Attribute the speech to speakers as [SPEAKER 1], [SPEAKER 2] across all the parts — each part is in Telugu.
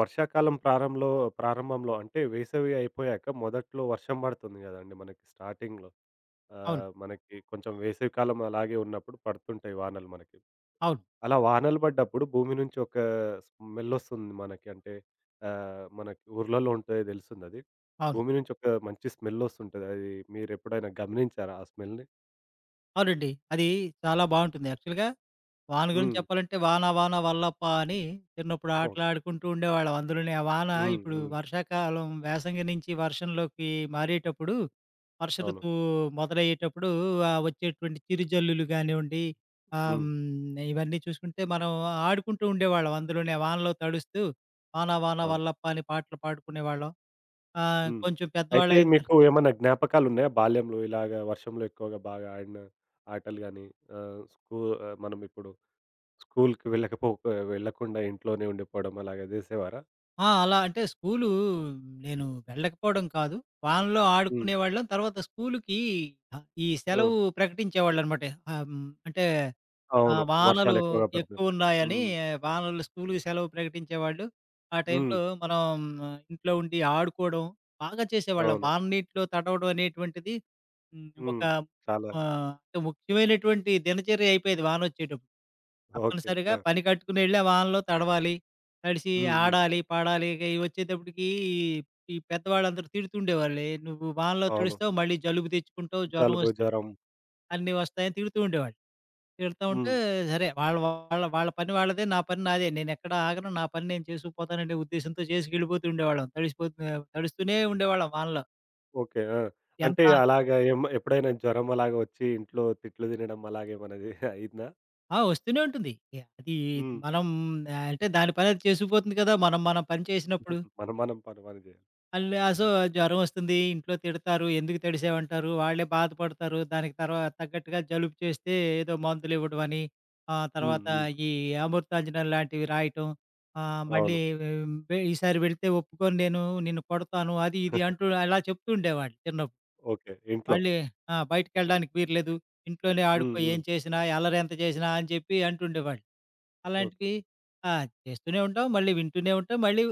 [SPEAKER 1] వర్షాకాలం ప్రారంభంలో ప్రారంభంలో అంటే వేసవి అయిపోయాక మొదట్లో వర్షం పడుతుంది కదండీ మనకి స్టార్టింగ్‌లో.
[SPEAKER 2] అవును.
[SPEAKER 1] మనకి కొంచెం వేసవి కాలం అలాగే ఉన్నప్పుడు పడుతుంటాయి వానలు మనకి.
[SPEAKER 2] అవును.
[SPEAKER 1] అలా వానలు పడ్డప్పుడు భూమి నుంచి ఒక స్మెల్ వస్తుంది మనకి. అంటే మనకి ఊర్లలో ఉంటాయి తెలుస్తుందది.
[SPEAKER 2] అవును.
[SPEAKER 1] భూమి నుంచి ఒక మంచి స్మెల్ వస్తుంటది. అది మీరెప్పుడైనా గమనించారా ఆ స్మెల్‌ని?
[SPEAKER 2] అవునండి. అది చాలా బావుంటుంది. యాక్చువల్‌గా వాన గురించి
[SPEAKER 1] హ్మ్.
[SPEAKER 2] చెప్పాలంటే 'వాన వాన వల్లప్ప' అని చిన్నప్పుడు
[SPEAKER 1] ఓకే.
[SPEAKER 2] ఆటలాడుకుంటూ ఉండేవాళ్ళం. అందులోనే ఆ వాన
[SPEAKER 1] హ్మ్.
[SPEAKER 2] ఇప్పుడు
[SPEAKER 1] హ్మ్.
[SPEAKER 2] వర్షాకాలం వేసంగి నుంచి వర్షంలోకి మారేటప్పుడు, వర్ష
[SPEAKER 1] అవును.
[SPEAKER 2] ఋతువు మొదలయ్యేటప్పుడు వచ్చేటువంటి చిరుజల్లులు గానివ్వండి,
[SPEAKER 1] హ్మ్.
[SPEAKER 2] ఇవన్నీ చూసుకుంటే మనం ఆడుకుంటూ ఉండేవాళ్ళం. అందులోనే ఆ వానలో తడుస్తూ 'వాన వాన
[SPEAKER 1] అవును.
[SPEAKER 2] వల్లప్ప' అని పాటలు పాడుకునేవాళ్ళం.
[SPEAKER 1] హ్మ్.
[SPEAKER 2] కొంచెం
[SPEAKER 1] అయితే
[SPEAKER 2] పెద్దవాళ్ళయిన తర్
[SPEAKER 1] మీకు ఏమన్నా జ్ఞాపకాలున్నాయా? బాల్యంలో ఇలాగ వర్షంలో ఎక్కువగా బాగా ఆడిన ఆటలు గాని ఆహ్, స్కూ మనం ఇప్పుడు స్కూలుకి వెళ్ళకుండా ఇంట్లోనే ఉండిపోవడం అలాగ జేసేవారా?
[SPEAKER 2] ఆ! అలా అంటే స్కూలు నేను వెళ్ళకపోవడం కాదు. వానలో
[SPEAKER 1] హ్మ్.
[SPEAKER 2] ఆడుకునేవాళ్ళం. తర్వాత స్కూలుకి ఈ
[SPEAKER 1] హ్మ్.
[SPEAKER 2] సెలవు ప్రకటించేవాళ్ళనమాట. అంటే
[SPEAKER 1] అవును.
[SPEAKER 2] వానలు
[SPEAKER 1] వర్షాలు ఎక్కువగా పడతాయి.
[SPEAKER 2] ఎక్కువున్నాయని
[SPEAKER 1] హ్మ్.
[SPEAKER 2] వానలు స్కూలుకి సెలవు ప్రకటించేవాళ్ళు. ఆ
[SPEAKER 1] హ్మ్.
[SPEAKER 2] టైంలో మనం ఇంట్లో ఉండి ఆడుకోవడం బాగా చేసేవాళ్ళం.
[SPEAKER 1] అవును.
[SPEAKER 2] వాన నీటిలో తడవడం అనేటువంటిది హ్మ్, ఒక
[SPEAKER 1] హ్మ్. చాలా.
[SPEAKER 2] ముఖ్యమైనటువంటి దినచర్య అయిపోయేది వానొచ్చేటప్పుడు.
[SPEAKER 1] ఓకే.
[SPEAKER 2] తప్పనిసరిగా
[SPEAKER 1] ఆ!
[SPEAKER 2] పని కట్టుకుని ఎళ్ళి ఆ వానలో తడవాలి. తడిసి
[SPEAKER 1] హ్మ్. హ్మ్.
[SPEAKER 2] ఆడాలి, పాడాలి. ఇక ఇవి వచ్చేటప్పటికి ఈ పెద్దవాళ్ళందరూ తిడుతుండేవాళ్ళే. "నువ్వు వానలో
[SPEAKER 1] అవును.
[SPEAKER 2] తడుస్తావు, మళ్ళీ జలుబు తెచ్చుకుంటావు, జ్వరం
[SPEAKER 1] జలుబు,
[SPEAKER 2] వస్
[SPEAKER 1] జ్వరం.
[SPEAKER 2] అన్నీ వస్తాయని" తిడుతూ ఉండేవాళ్ళు. తిడతా ఉంటే
[SPEAKER 1] హ్మ్.
[SPEAKER 2] సరే వాళ్ళ వాళ్ళ వాళ్ళ పని వాళ్ళదే, నా పని నాదే. నేనెక్కడ ఆగను. నా పని నేను చేసుకుపోతాననే ఉద్దేశంతో చేసుకెళ్ళిపోతూ ఉండేవాళ్ళం. తడిసిపోతూ తడుస్తూనే ఉండేవాళ్ళం వానలో.
[SPEAKER 1] ఓకే. ఆ!
[SPEAKER 2] ఎంత
[SPEAKER 1] అంటే అలాగా ఏం ఎప్పుడైనా జ్వరం అలాగా వచ్చి ఇంట్లో తిట్లు తినడం అలాగేమన్నా జే అయిందా?
[SPEAKER 2] ఆ! వస్తూనే ఉంటుంది. ఏ, అది
[SPEAKER 1] హ్మ్.
[SPEAKER 2] మనం ఆ, అంటే దాని పని అది చేసుకుపోతుంది కదా! మనం మన పని చేసినప్పుడు.
[SPEAKER 1] మనం పని మనం జేయాలి.
[SPEAKER 2] అల్ సో,
[SPEAKER 1] అవును.
[SPEAKER 2] జ్వరం వస్తుంది. ఇంట్లో తిడతారు. ఎందుకు తడిసావంటారు. వాళ్ళే బాధపడతారు. దానికి తగ్గట్టుగా జలుబు చేస్తే ఏదో మందులివ్వడం అని,
[SPEAKER 1] హ్మ్.
[SPEAKER 2] తర్వాత
[SPEAKER 1] హ్మ్.
[SPEAKER 2] ఈ అమృతాంజనం లాంటివి రాయటం. మళ్ళీ
[SPEAKER 1] అవును.
[SPEAKER 2] ఉమ్, వె ఈసారి వెళ్తే ఒప్పుకోను నేను. నిన్ను కొడతాను. అది ఇది అంటూ అలా చెప్తూ ఉండేవాళ్ళు చిన్నప్పుడు.
[SPEAKER 1] ఓకే. ఇంట్లో.
[SPEAKER 2] మళ్ళీ ఆ! బయటికెళ్ళడానికి వీల్లేదు. ఇంట్లోనే ఆడుకో
[SPEAKER 1] హ్మ్. హ్మ్.
[SPEAKER 2] ఏం చేసినా, అల్లరెంత చేసినా అని చెప్పి అంటుండేవాళ్ళు.
[SPEAKER 1] ఓకే.
[SPEAKER 2] అలాంటివి ఆ! చేస్తూనే ఉంటాం. మళ్ళీ వింటూనే ఉంటాం. మళ్ళీ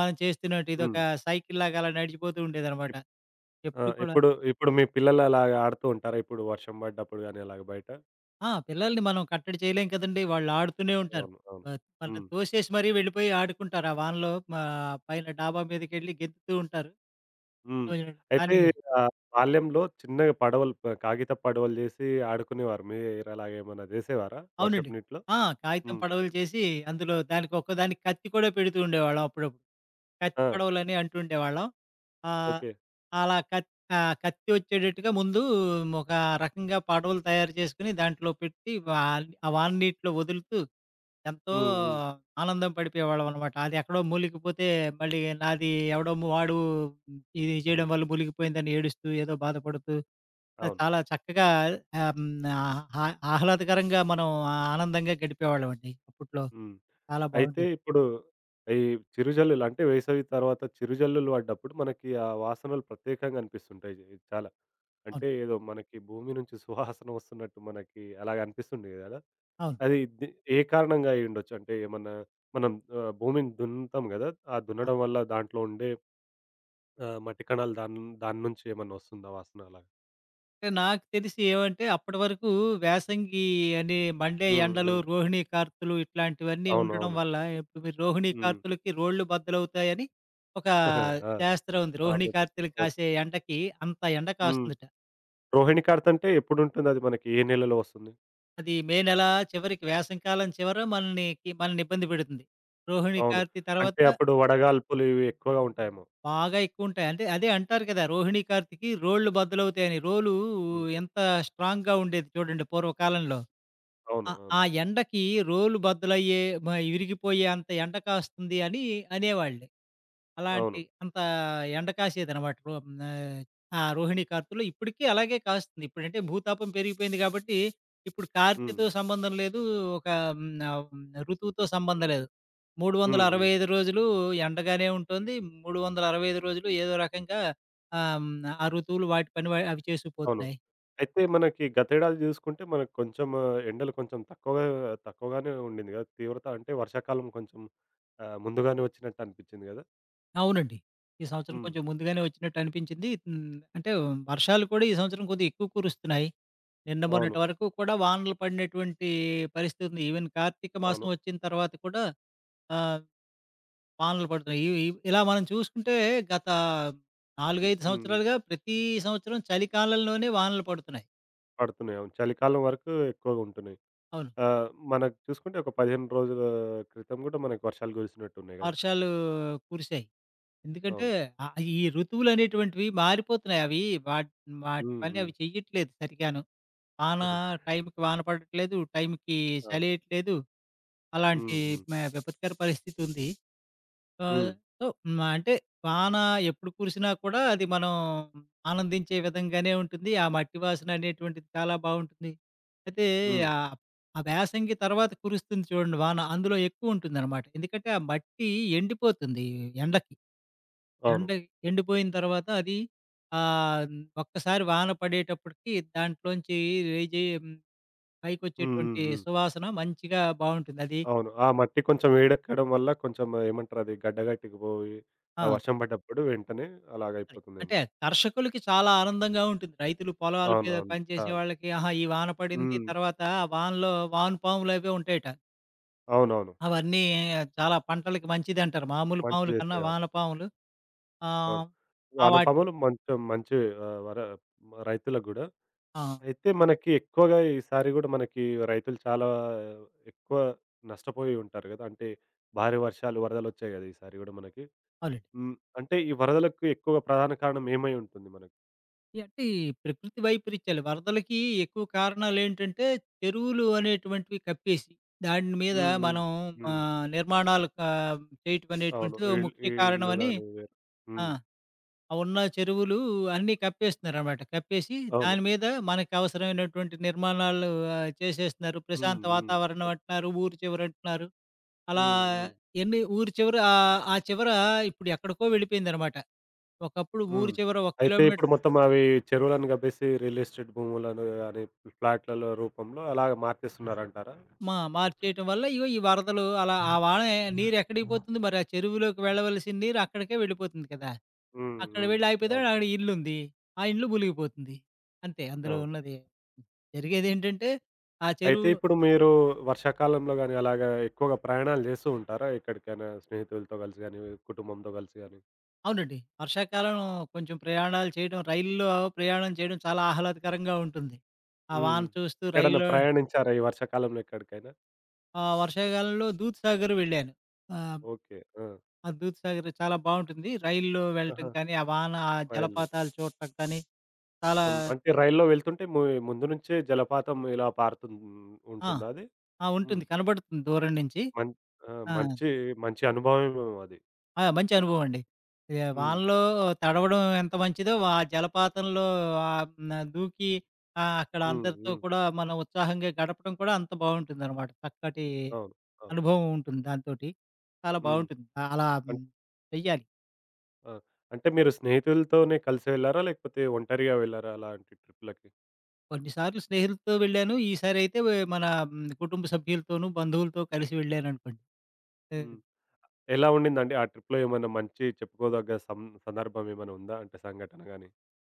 [SPEAKER 2] మనం చేస్తున్నట్టు ఇదొక
[SPEAKER 1] హ్మ్.
[SPEAKER 2] సైకిల్‌లాగా అలా నడిచిపోతూ ఉండేదనమాట.
[SPEAKER 1] ఇప్ ఆ!
[SPEAKER 2] ఎప్పుడు కూడా
[SPEAKER 1] ఇప్పుడు ఇప్పుడు మీ పిల్లలు అలాగా ఆడుతూ ఉంటారా? ఇప్పుడు వర్షం పడ్డప్పుడు గాని అలాగ బయట?
[SPEAKER 2] ఆ! పిల్లల్ని మనం కట్టడి చేయలేం కదండీ! వాళ్ళు ఆడుతూనే ఉంటారు.
[SPEAKER 1] అవును. అవును.
[SPEAKER 2] మనల్ని
[SPEAKER 1] హ్మ్.
[SPEAKER 2] తోసేసి మరీ వెళ్ళిపోయి ఆడుకుంటారు. ఆ వానలో మా పైన డాబా మీదకెళ్ళి గెంతుతూ ఉంటారు.
[SPEAKER 1] హ్మ్.
[SPEAKER 2] అవునండి.
[SPEAKER 1] అయితే
[SPEAKER 2] కానీ
[SPEAKER 1] బాల్యంలో చిన్నగా పడవలు కాగితపు పడవలు చేసి ఆడుకునేవారు. మీరు అలాగేమన్నా చేసేవారా
[SPEAKER 2] అవునండి.
[SPEAKER 1] వర్షపు నీటిలో?
[SPEAKER 2] ఆ! కాగితం
[SPEAKER 1] హ్మ్.
[SPEAKER 2] పడవలు చేసి అందులో దానికి ఒక్కో దానికి కత్తి కూడా పెడుతూ ఉండేవాళ్ళం అప్పుడప్పుడు. కత్తి
[SPEAKER 1] ఆ!
[SPEAKER 2] పడవలని అంటుండేవాళ్ళం. ఆహ్,
[SPEAKER 1] ఓకే.
[SPEAKER 2] అలా కత్ కత్తి వచ్చేటట్టుగా ముందు ఒక రకంగా పడవలు తయారు చేసుకొని దాంట్లో పెట్టి వా ఆ వాననీటిలో వదులుతూ ఎంతో
[SPEAKER 1] హ్మ్. హ్మ్.
[SPEAKER 2] ఆనందం పడిపోయేవాళ్ళమనమాట. అది ఎక్కడో మూలిగిపోతే మళ్ళీ నాది వాడు ఇది చేయడం వల్ల మూలిగిపోయిందని ఏడుస్తూ, ఏదో బాధపడుతూ
[SPEAKER 1] అవును.
[SPEAKER 2] చాలా చక్కగా ఆహ్, హ్మ్, ఆహ్లాదకరంగా మనం ఆనందంగా గడిపేవాళ్ళమండి. అప్పట్లో
[SPEAKER 1] హ్మ్.
[SPEAKER 2] చాలా
[SPEAKER 1] అయితే
[SPEAKER 2] బాగుండేది.
[SPEAKER 1] ఇప్పుడు ఈ చిరుజల్లులు అంటే వేసవి తర్వాత చిరుజల్లులు పడ్డప్పుడు మనకి ఆ వాసనలు ప్రత్యేకంగా అనిపిస్తుంటాయి చాలా.
[SPEAKER 2] అవును.
[SPEAKER 1] అంటే ఏదో మనకి భూమి నుంచి సువాసన వస్తున్నట్టు మనకి అలాగ అనిపిస్తుంది కదా!
[SPEAKER 2] అవును. ఆ!
[SPEAKER 1] అది ఏ కారణంగా అయ్యుండొచ్చు? అంటే ఏమన్నా మనం భూమిని దున్నుతాం గదా! ఆ దున్నడం వల్ల దాంట్లో ఉండే మట్టి కణాలు దాని దాని నుంచి ఏమన్నా వస్తుందా వాసన అలాగా?
[SPEAKER 2] అంటే నాకు తెలిసి ఏమంటే అప్పటి వరకు యాసంగి అని మండే
[SPEAKER 1] హ్మ్.
[SPEAKER 2] ఎండలు,
[SPEAKER 1] హ్మ్.
[SPEAKER 2] రోహిణీ కార్తులు ఇట్లాంటివన్నీ ఉండడం
[SPEAKER 1] అవునవును.
[SPEAKER 2] వల్ల ఇప్పుడు మీరు రోహిణీ
[SPEAKER 1] హ్మ్.
[SPEAKER 2] కార్తులకి రోళ్ళు బద్దలవుతాయని ఒక
[SPEAKER 1] ఆ!
[SPEAKER 2] శాస్త్రం ఉంది. రోహిణీ
[SPEAKER 1] సామెత.
[SPEAKER 2] కార్తీలు
[SPEAKER 1] ఓకే.
[SPEAKER 2] కాసే ఎండకి అంత ఎండ
[SPEAKER 1] హ్మ్.
[SPEAKER 2] కాస్తుందట.
[SPEAKER 1] రోహిణి కార్త్ అంటే ఎప్పుడుంటుందది మనకి? ఏ నెలలో వస్తుంది?
[SPEAKER 2] అది మే నెల చివరికి వేసవి కాలం చివర మననికి మనల్ని ఇబ్బంది పెడుతుంది. రోహిణీ
[SPEAKER 1] అవును.
[SPEAKER 2] కార్తీ తర్వాత
[SPEAKER 1] అంటే అప్పుడు వడగాల్పులు ఇవి ఎక్కువగా ఉంటాయేమో.
[SPEAKER 2] బాగా ఎక్కువుంటాయి. అంటే అదే అంటారు కదా! రోహిణీ కార్తీకి రోళ్ళు బద్దలవుతాయని. రోలు
[SPEAKER 1] హ్మ్. హ్మ్.
[SPEAKER 2] ఎంత స్ట్రాంగ్‌గా ఉండేది చూడండి పూర్వకాలంలో.
[SPEAKER 1] అవును.
[SPEAKER 2] ఆ!
[SPEAKER 1] అవును.
[SPEAKER 2] ఆ ఎండకి రోలు బద్దలయ్యే, మ ఇరిగిపోయే అంత ఎండ కాస్తుంది అని అనేవాళ్ళు. అలాంటి
[SPEAKER 1] అవును.
[SPEAKER 2] అంత ఎండ కాసేదనమాట. ఆ రోహిణి కార్తీలో ఇప్పటికీ అలాగే కాస్తుంది. ఇప్పుడంటే భూతాపం పెరిగిపోయింది కాబట్టి, ఇప్పుడు
[SPEAKER 1] హ్మ్.
[SPEAKER 2] కార్తీతో సంబంధం లేదు. ఒక హ్మ్, ఆహ్, ఋతువుతో సంబంధం లేదు.
[SPEAKER 1] హ్మ్. హ్మ్.
[SPEAKER 2] 365 రోజులు ఎండగానే ఉంటుంది. 365 రోజులు ఏదో రకంగా ఆహ్, హ్మ్, ఆ ఋతువులు వాటి పని అవి
[SPEAKER 1] అవును.
[SPEAKER 2] చేసుకుపోతున్నాయి.
[SPEAKER 1] అయితే మనకి గతేడాది జూసుకుంటే మనకు కొంచెం ఆ, ఎండలు కొంచెం తక్కువగానే ఉండింది గదా! తీవ్రత అంటే వర్షాకాలం కొంచెం ముందుగానే వచ్చినట్టు అనిపిచ్చింది గదా!
[SPEAKER 2] అవునండి. ఈ సంవత్సరం
[SPEAKER 1] హ్మ్.
[SPEAKER 2] కొంచెం ముందుగానే వచ్చినట్టు అనిపించింది. హ్మ్. అంటే వర్షాలు కూడా ఈ సంవత్సరం కొద్దిగా ఎక్కువ కురుస్తున్నాయి. నిన్న
[SPEAKER 1] అవును.
[SPEAKER 2] మొన్నటి వరకు కూడా వానలు పడినటువంటి పరిస్థితి ఉంది. ఈవెన్ కార్తీక
[SPEAKER 1] అవును.
[SPEAKER 2] మాసం వచ్చిన తర్వాత కూడా ఆహ్, వానలు పడుతున్నాయి. ఇ ఇ ఇలా మనం చూసుకుంటే గత 4, 5
[SPEAKER 1] హ్మ్. హ్మ్.
[SPEAKER 2] సంవత్సరాలుగా ప్రతి సంవత్సరం చలికాలంలోనే వానలు పడుతున్నాయి.
[SPEAKER 1] పడుతున్నాయి. అవును. చలికాలం వరకు ఎక్కువగా ఉంటున్నాయి.
[SPEAKER 2] అవును.
[SPEAKER 1] మనకు చూసుకుంటే ఒక 15 రోజుల క్రితం గూడా మనకు వర్షాలు కురిసినట్టున్నాయి గదా!
[SPEAKER 2] వర్షాలు కురిసాయి. ఎందుకంటే
[SPEAKER 1] అవును.
[SPEAKER 2] ఈ ఋతువులనేటువంటివి మారిపోతున్నాయి. అవి వాట్ వాటి
[SPEAKER 1] హ్మ్.
[SPEAKER 2] పని
[SPEAKER 1] హ్మ్.
[SPEAKER 2] అవి చెయ్యట్లేదు సరిగాను. వాన టైంకి వాన పడట్లేదు. టైంకి
[SPEAKER 1] అవును.
[SPEAKER 2] చలియట్లేదు.
[SPEAKER 1] హ్మ్.
[SPEAKER 2] అలాంటి
[SPEAKER 1] హ్మ్.
[SPEAKER 2] మే విపత్కర పరిస్థితి ఉంది. ఆహ్,
[SPEAKER 1] హ్మ్.
[SPEAKER 2] సో, హ్మ్. అంటే వాన ఎప్పుడు కురిసినా కూడా అది మనం ఆనందించే విధంగానే ఉంటుంది. ఆ మట్టి వాసన అనేటువంటిది చాలా బావుంటుంది. అయితే
[SPEAKER 1] హ్మ్.
[SPEAKER 2] ఆహ్, ఆ వేసంగి తర్వాత కురుస్తుంది చూడండి వాన. అందులో ఎక్కువుంటుందనమాట. ఎందుకంటే ఆ మట్టి ఎండిపోతుంది ఎండకి.
[SPEAKER 1] అవును.
[SPEAKER 2] ఎండ ఎండిపోయిన తర్వాత అది ఆహ్, ఒక్కసారి వాన పడేటప్పటికి దాంట్లోంచి రేజే
[SPEAKER 1] హ్మ్. హ్మ్.
[SPEAKER 2] పైకొచ్చేటువంటి
[SPEAKER 1] హ్మ్.
[SPEAKER 2] సువాసన మంచిగా బావుంటుంది. అది
[SPEAKER 1] అవును. ఆ మట్టి కొంచెం వేడెక్కడం వల్ల కొంచెం ఏమంటారు అది గడ్డ గట్టికిపోయి, ఆ
[SPEAKER 2] ఆ!
[SPEAKER 1] వర్షం పడ్డప్పుడు వెంటనే
[SPEAKER 2] అది.
[SPEAKER 1] అలాగయిపోతుందేమో.
[SPEAKER 2] అంటే దర్శకులకి చాలా ఆనందంగా ఉంటుంది. రైతులు పొలాల మీద
[SPEAKER 1] అవునవును.
[SPEAKER 2] పనిచేసే
[SPEAKER 1] చాలా.
[SPEAKER 2] వాళ్ళకి, ఆహా! ఈ వాన పడింది.
[SPEAKER 1] హ్మ్.
[SPEAKER 2] తర్వాత ఆ వానలో వానపాములు అవి ఉంటాయట.
[SPEAKER 1] అవునవును.
[SPEAKER 2] అవన్నీ చాలా పంటలకి మంచిదంటారు. మామూలు
[SPEAKER 1] మంచి
[SPEAKER 2] పాముల కన్నా
[SPEAKER 1] జేస్తాయి. అవును.
[SPEAKER 2] వానపాములు
[SPEAKER 1] అవును.
[SPEAKER 2] ఆహ్, ఆ వాట్
[SPEAKER 1] వానపాములు మంచి ఆహ్, వర రైతులకు గూడా.
[SPEAKER 2] ఆ!
[SPEAKER 1] అయితే మనకి ఎక్కువగా ఈసారి గూడా మనకి రైతులు చాలా ఎక్కువ నష్టపోయి ఉంటారు గదా! అంటే భారీ వర్షాలు, వరదలొచ్చాయి గదా! ఈసారి గూడా మనకి.
[SPEAKER 2] అవునండి.
[SPEAKER 1] హ్మ్. అంటే ఈ వరదలకు ఎక్కువ ప్రధాన కారణం ఏమై ఉంటుంది మనకి?
[SPEAKER 2] ఈ ప్రకృతి వైపరీత్యాలు వరదలకి ఎక్కువ కారణాలేంటంటే, చెరువులు అనేటువంటివి కప్పేసి, దాని మీద
[SPEAKER 1] హ్మ్. హ్మ్.
[SPEAKER 2] మనం
[SPEAKER 1] హ్మ్.
[SPEAKER 2] నిర్మాణాలు కా చేయటం
[SPEAKER 1] అవును.
[SPEAKER 2] అనేటువంటిది ఓ ముఖ్య
[SPEAKER 1] ఈ ఇల్లు
[SPEAKER 2] కారణమని
[SPEAKER 1] గాని వేరు.
[SPEAKER 2] ఆ!
[SPEAKER 1] హ్మ్.
[SPEAKER 2] ఆ ఉన్న చెరువులు అన్నీ కప్పేస్తున్నారనమాట. కప్పేసి
[SPEAKER 1] అవును.
[SPEAKER 2] దాని మీద మనకి అవసరమైనటువంటి నిర్మాణాలు చేసేస్తున్నారు.
[SPEAKER 1] హ్మ్.
[SPEAKER 2] ప్రశాంత
[SPEAKER 1] హ్మ్.
[SPEAKER 2] వాతావరణం
[SPEAKER 1] మొత్
[SPEAKER 2] అంటున్నారు, ఊరు చివరంటున్నారు. అలా
[SPEAKER 1] హ్మ్. హ్మ్.
[SPEAKER 2] ఎన్ని ఊరు చివర ఆ చివర ఇప్పుడు ఎక్కడికో వెళ్ళిపోయిందనమాట. ఒకప్పుడు ఊరు
[SPEAKER 1] హ్మ్.
[SPEAKER 2] చివర ఒక
[SPEAKER 1] అయితే
[SPEAKER 2] కిలోమీ
[SPEAKER 1] ఇప్పుడు మొత్తం అవి చెరువులను గవ్వేసి రియల్ ఎస్టేట్ భూములను గాని, ఫ్లాట్‌లలో రూపంలో అలాగ మార్చేస్తున్నారంటారా?
[SPEAKER 2] మార్చేయటం వల్ల ఇగో ఈ వరదలు అలా ఆ వాన నీరు ఎక్కడికి పోతుంది మరి ఆ చెరువులోకి వెళ్ళవలసిన నీరు అక్కడికే వెళ్ళిపోతుంది కదా!
[SPEAKER 1] హ్మ్.
[SPEAKER 2] అక్కడ
[SPEAKER 1] హ్మ్.
[SPEAKER 2] వెళ్ళి ఆగిపోతే
[SPEAKER 1] అవును.
[SPEAKER 2] అక్కడ ఇల్లుంది. ఆ ఇల్లు మునిగిపోతుంది. అంతే అందులో
[SPEAKER 1] అవును.
[SPEAKER 2] ఉన్నది. జరిగేదేంటంటే ఆ
[SPEAKER 1] అయితే
[SPEAKER 2] చెరువు
[SPEAKER 1] ఇప్పుడు మీరు వర్షాకాలంలో గాని అలాగా ఎక్కువగా ప్రయాణాలు చేస్తూ ఉంటారా? ఎక్కడికైనా స్నేహితులతో కలిసి గాని, కుటుంబంతో కలిసి గాని?
[SPEAKER 2] అవునండి. వర్షాకాలం కొంచెం ప్రయాణాలు చేయడం రైలులో ప్రయాణం చేయడం చాలా ఆహ్లాదకరంగా ఉంటుంది. ఆ
[SPEAKER 1] హ్మ్.
[SPEAKER 2] వాన చూస్తూ
[SPEAKER 1] ఎక్కడన్నా
[SPEAKER 2] రైల్లో
[SPEAKER 1] ప్రయాణించారా ఈ వర్షాకాలంలో ఎక్కడికైనా?
[SPEAKER 2] ఆ వర్షాకాలంలో దూద్‌సాగర్ వెళ్ళాను. ఆహ్,
[SPEAKER 1] ఓకే. ఆ!
[SPEAKER 2] ఆ దూద్‌సాగర్ చాలా బావుంటుంది. రైల్లో
[SPEAKER 1] ఆహా!
[SPEAKER 2] వెళ్ళటం కానీ, ఆ వాన ఆ
[SPEAKER 1] రైల్‌లో.
[SPEAKER 2] జలపాతాలు చూడటం కానీ చాలా
[SPEAKER 1] హ్మ్. అంటే రైల్లో వెళ్తుంటే ముందు నుంచే జలపాతం ఇలా పారుతు
[SPEAKER 2] ఆ!
[SPEAKER 1] ఉంటుందా అది?
[SPEAKER 2] ఆ!
[SPEAKER 1] హ్మ్.
[SPEAKER 2] ఉంటుంది. కనబడుతుంది దూరం నుంచి.
[SPEAKER 1] మం ఆ!
[SPEAKER 2] ఆ!
[SPEAKER 1] మంచి మంచి అనుభవమేమో అది.
[SPEAKER 2] ఆ! మంచి అనుభవం అండి. ఇగ
[SPEAKER 1] హ్మ్.
[SPEAKER 2] వానలో తడవడం ఎంత మంచిదో, ఆ జలపాతంలో దూకి అక్కడ
[SPEAKER 1] హ్మ్.
[SPEAKER 2] అందరితో
[SPEAKER 1] హ్మ్.
[SPEAKER 2] కూడా మనం ఉత్సాహంగా గడపడం కూడా అంత బావుంటుందనమాట. చక్కటి
[SPEAKER 1] అవును. అవును.
[SPEAKER 2] అనుభవం ఉంటుంది దాంతోటి. చాలా
[SPEAKER 1] హ్మ్.
[SPEAKER 2] బావుంటుంది. అలా
[SPEAKER 1] అన్
[SPEAKER 2] హ్మ్, చెయ్యాలి.
[SPEAKER 1] ఆ! అంటే మీరు స్నేహితులతోనే కలిసి వెళ్లారా? లేకపోతే ఒంటరిగా వెళ్లారా అలాంటి ట్రిప్‌లకి?
[SPEAKER 2] కొన్నిసార్లు స్నేహితులతో వెళ్ళాను. ఈసారయితే మన హ్మ్, కుటుంబ సభ్యులతోనూ, బంధువులతో కలిసి వెళ్ళాననుకోండి.
[SPEAKER 1] హ్మ్.
[SPEAKER 2] హ్మ్.
[SPEAKER 1] ఎలా ఉండిందండి? ఆ ట్రిప్‌లో ఏమన్నా మంచి చెప్పుకోదగ్గ సందర్భం ఏమైనా ఉందా? అంటే సంఘటన గాని?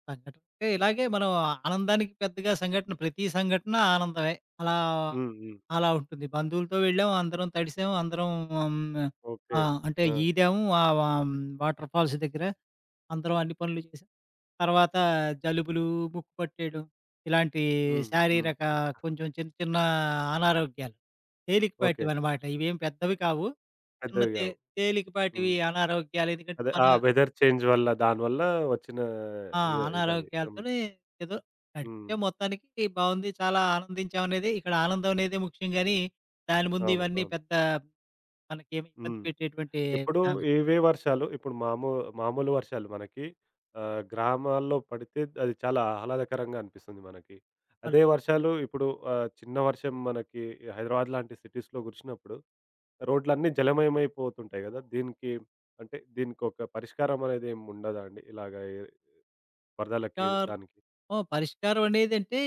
[SPEAKER 2] సంఘటన అంటే ఇలాగే మనం ఆనందానికి పెద్దగా సంఘటన ప్రతి సంఘటన ఆనందమే. అలా,
[SPEAKER 1] హ్మ్. హ్మ్.
[SPEAKER 2] అలా ఉంటుంది. బంధువులతో వెళ్ళాము, అందరం తడిసాము, అందరం హ్మ్,
[SPEAKER 1] ఓకే.
[SPEAKER 2] ఆ! అంటే
[SPEAKER 1] ఆ!
[SPEAKER 2] ఈదాము ఆహ్, వ వాటర్ ఫాల్స్ దగ్గర. అందరం అన్ని పనులు చేసాం. తర్వాత జలుబులు, ముక్కు పట్టేయడం ఇలాంటి
[SPEAKER 1] హ్మ్. హ్మ్.
[SPEAKER 2] శారీరక కొంచెం చిన్న చిన్న అనారోగ్యాలు.
[SPEAKER 1] ఓకే.
[SPEAKER 2] తేలికపాటివనమాట. ఇవేం పెద్దవి కావు. చిన్న
[SPEAKER 1] పెద్దవి
[SPEAKER 2] తే
[SPEAKER 1] గావు.
[SPEAKER 2] తేలికపాటివి
[SPEAKER 1] హ్మ్.
[SPEAKER 2] అనారోగ్యాలు ఎందుకంటే
[SPEAKER 1] అదే.
[SPEAKER 2] మన
[SPEAKER 1] ఆ! వెదర్ చేంజ్ వల్ల దానివల్ల వచ్చిన
[SPEAKER 2] ఆ!
[SPEAKER 1] ఇ ఇదది. హ్మ్.
[SPEAKER 2] అనారోగ్యాలతోనే ఏదో
[SPEAKER 1] హ్మ్.
[SPEAKER 2] గడిపే మొత్తానికి బావుంది. చాలా ఆనందించామనేది ఇక్కడ ఆనందం అనేదే ముఖ్యం గాని, దాని ముందు
[SPEAKER 1] అవును.
[SPEAKER 2] ఇవన్నీ
[SPEAKER 1] అవును.
[SPEAKER 2] పెద్ద మనకేమి ఇబ్బంది
[SPEAKER 1] హ్మ్.
[SPEAKER 2] పెట్టేటువంటి
[SPEAKER 1] ఇప్పుడు
[SPEAKER 2] విధానం.
[SPEAKER 1] ఇవే వర్షాలు ఇప్పుడు మామూలు వర్షాలు మనకి గ్రామాల్లో పడితే అది చాలా ఆహ్లాదకరంగా అనిపిస్తుంది మనకి. అదే వర్షాలు ఇప్పుడు చిన్న వర్షం మనకి హైదరాబాద్ లాంటి సిటీస్‌లో కురిసినప్పుడు రోడ్లన్నీ జలమయమైపోతుంటాయి గదా! దీనికి అంటే దీనికొక పరిష్కారం అనేది ఏమి ఉండదా అండి? ఇలాగ ఎ వరదలకి
[SPEAKER 2] పరిష్కారం
[SPEAKER 1] దానికి?
[SPEAKER 2] ఓహ్! పరిష్కారం అనేదంటే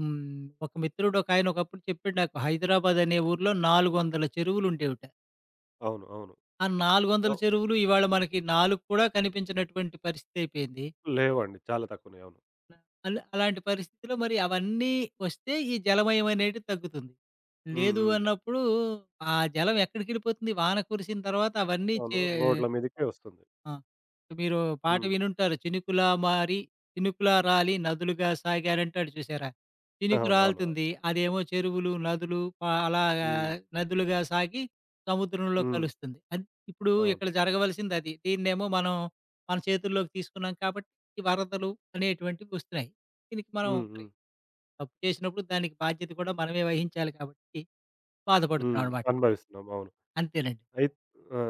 [SPEAKER 2] హ్మ్. ఒక మిత్రుడు ఒకాయన ఒకప్పుడు చెప్పాడు నాకు. హైదరాబాద్ అనే ఊర్లో 400 చెరువులుండేవిట.
[SPEAKER 1] అవును. అవును.
[SPEAKER 2] ఆ 400
[SPEAKER 1] అవ్
[SPEAKER 2] చెరువులు ఇవాళ మనకి 4 కూడా కనిపించినటువంటి పరిస్థితి అయిపోయింది.
[SPEAKER 1] లేవండి. చాలా తక్కువనే. అవును.
[SPEAKER 2] అలాంటి పరిస్థితిలో మరి అవన్నీ వస్తే ఈ జలమయం అనేది తగ్గుతుంది.
[SPEAKER 1] హ్మ్.
[SPEAKER 2] లేదు
[SPEAKER 1] హ్మ్.
[SPEAKER 2] అన్నప్పుడు, ఆ జలం ఎక్కడికెళ్ళిపోతుంది? వాన కురిసిన తర్వాత అవన్నీ
[SPEAKER 1] అవును. రోడ్ల మీదకే వస్తుంది.
[SPEAKER 2] ఆ! మీరు పాట
[SPEAKER 1] హ్మ్.
[SPEAKER 2] వినుంటారు. చినుకులా మారి, చినుకులా రాలి నదులుగా సాగారంటాడు చూసారా? చినుకు
[SPEAKER 1] అవునవును.
[SPEAKER 2] రాలుతుంది. అదేమో చెరువులు, నదులు ప అలాగా
[SPEAKER 1] హ్మ్.
[SPEAKER 2] నదులుగా సాగి సముద్రంలో
[SPEAKER 1] హ్మ్.
[SPEAKER 2] కలుస్తుంది. ఇప్పుడు
[SPEAKER 1] అవును.
[SPEAKER 2] ఇక్కడ జరగవలసింది అది. దీన్నేమో మనం మన చేతుల్లోకి తీసుకున్నాం కాబట్టి ఈ వరదలు అనేటువంటివి వస్తున్నాయి. దీనికి మనం
[SPEAKER 1] హ్మ్.
[SPEAKER 2] మరి
[SPEAKER 1] హ్మ్.
[SPEAKER 2] తప్పు చేసినప్పుడు దానికి బాధ్యత కూడా మనమే వహించాలి కాబట్టి
[SPEAKER 1] హ్మ్.
[SPEAKER 2] బాధపడుతున్నామనమాట.
[SPEAKER 1] అనుభవిస్తున్నాం. అవును.
[SPEAKER 2] అంతేనండి.
[SPEAKER 1] అయి ఆ!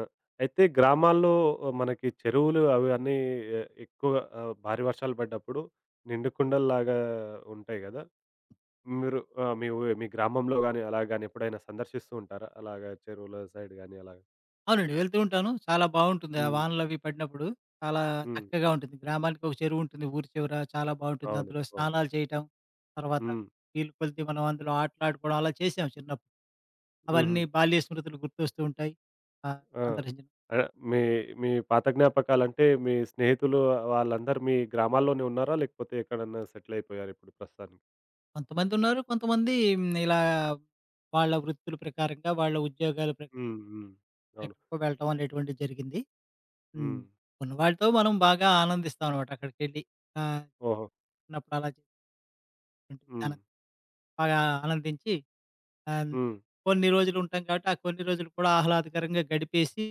[SPEAKER 1] అయితే గ్రామాల్లో ఆ, మనకి చెరువులు అవి అన్నీ ఎక్కువ భారీ వర్షాలు పడ్డప్పుడు నిండు కుండల్లాగా ఉంటాయి గదా! మీరు ఆహ్, మీ ఊ మీ గ్రామంలో గాని, అలా గాని ఎప్పుడైనా సందర్శిస్తూ ఉంటారా? అలాగా చెరువుల సైడ్ గాని అలాగా?
[SPEAKER 2] అవునండి. వెళ్తూ ఉంటాను. చాలా బావుంటుంది. ఆ
[SPEAKER 1] హ్మ్.
[SPEAKER 2] వానలవి పడినప్పుడు చాలా
[SPEAKER 1] హ్మ్.
[SPEAKER 2] చక్కగా ఉంటుంది. గ్రామానికి ఒక చెరువుంటుంది ఊరి చివర. చాలా బావుంటుంది.
[SPEAKER 1] అవును.
[SPEAKER 2] అందులో
[SPEAKER 1] అవును.
[SPEAKER 2] స్నానాలు చేయటం, తర్వాత
[SPEAKER 1] హ్మ్.
[SPEAKER 2] నీళ్ళు కొలిది మనం అందులో ఆటలాడుకోవడం అలా చేసాం చిన్నప్పుడు.
[SPEAKER 1] హుహు.
[SPEAKER 2] అవన్నీ బాల్య స్మృతులు గుర్తొస్తూ ఉంటాయి.
[SPEAKER 1] ఆ!
[SPEAKER 2] సందర్శించడం.
[SPEAKER 1] మీ మీ పాత జ్ఞాపకాలంటే మీ స్నేహితులు వాళ్ళందరూ మీ గ్రామాల్లోనే ఉన్నారా? లేకపోతే ఎక్కడన్నా సెటిల్ అయిపోయారా ఇప్పుడు ప్రస్తుతానికి?
[SPEAKER 2] కొంతమందున్నారు. కొంతమంది హ్మ్, ఇలా వాళ్ళ వృత్తుల ప్రకారంగా, వాళ్ళ ఉద్యోగాల ప్రకారంగా
[SPEAKER 1] హ్మ్. హ్మ్. అవును.
[SPEAKER 2] ఎక్కడికో వెళ్ళటం అనేటువంటిది జరిగింది. హ్మ్.
[SPEAKER 1] హ్మ్.
[SPEAKER 2] ఉన్నవాళ్ళతో మనం బాగా ఆనందిస్తామనమాట అక్కడికెళ్ళి. ఆహ్,
[SPEAKER 1] ఓహో!
[SPEAKER 2] చిన్నప్పుడు అలా చేసినటువంటి
[SPEAKER 1] హ్మ్.
[SPEAKER 2] విధానం బాగా ఆనందించి ఆహ్, హ్మ్.
[SPEAKER 1] హ్మ్.
[SPEAKER 2] కొన్ని రోజులుంటాం కాబట్టి, ఆ కొన్ని రోజులు కూడా ఆహ్లాదకరంగా గడిపేసి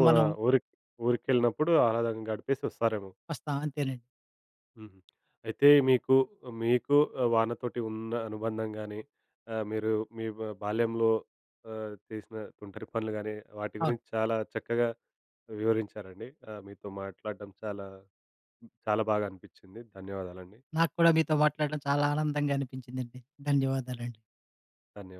[SPEAKER 1] ఓహ్! ఆ!
[SPEAKER 2] మనం
[SPEAKER 1] ఊరికెళ్ళినప్పుడు ఆహ్లాదంగా గడిపేసి వస్తారేమో.
[SPEAKER 2] వస్తాం. అంతేనండి.
[SPEAKER 1] హుహు. అయితే మీకు మీకు వానతోటి ఉన్న అనుబంధం గాని, మీరు మీ బాల్యంలో చేసిన తుంటరి పనులు గాని, వాటి
[SPEAKER 2] అవును.
[SPEAKER 1] గురించి చాలా చక్కగా వివరించారండి. మీతో మాట్లాడడం చాలా చాలా బాగా అనిపించింది. ధన్యవాదాలండి.
[SPEAKER 2] నాకు కూడా మీతో మాట్లాడడం చాలా ఆనందంగా అనిపించిందండి. ధన్యవాదాలండి.
[SPEAKER 1] ధన్యవాదాలు.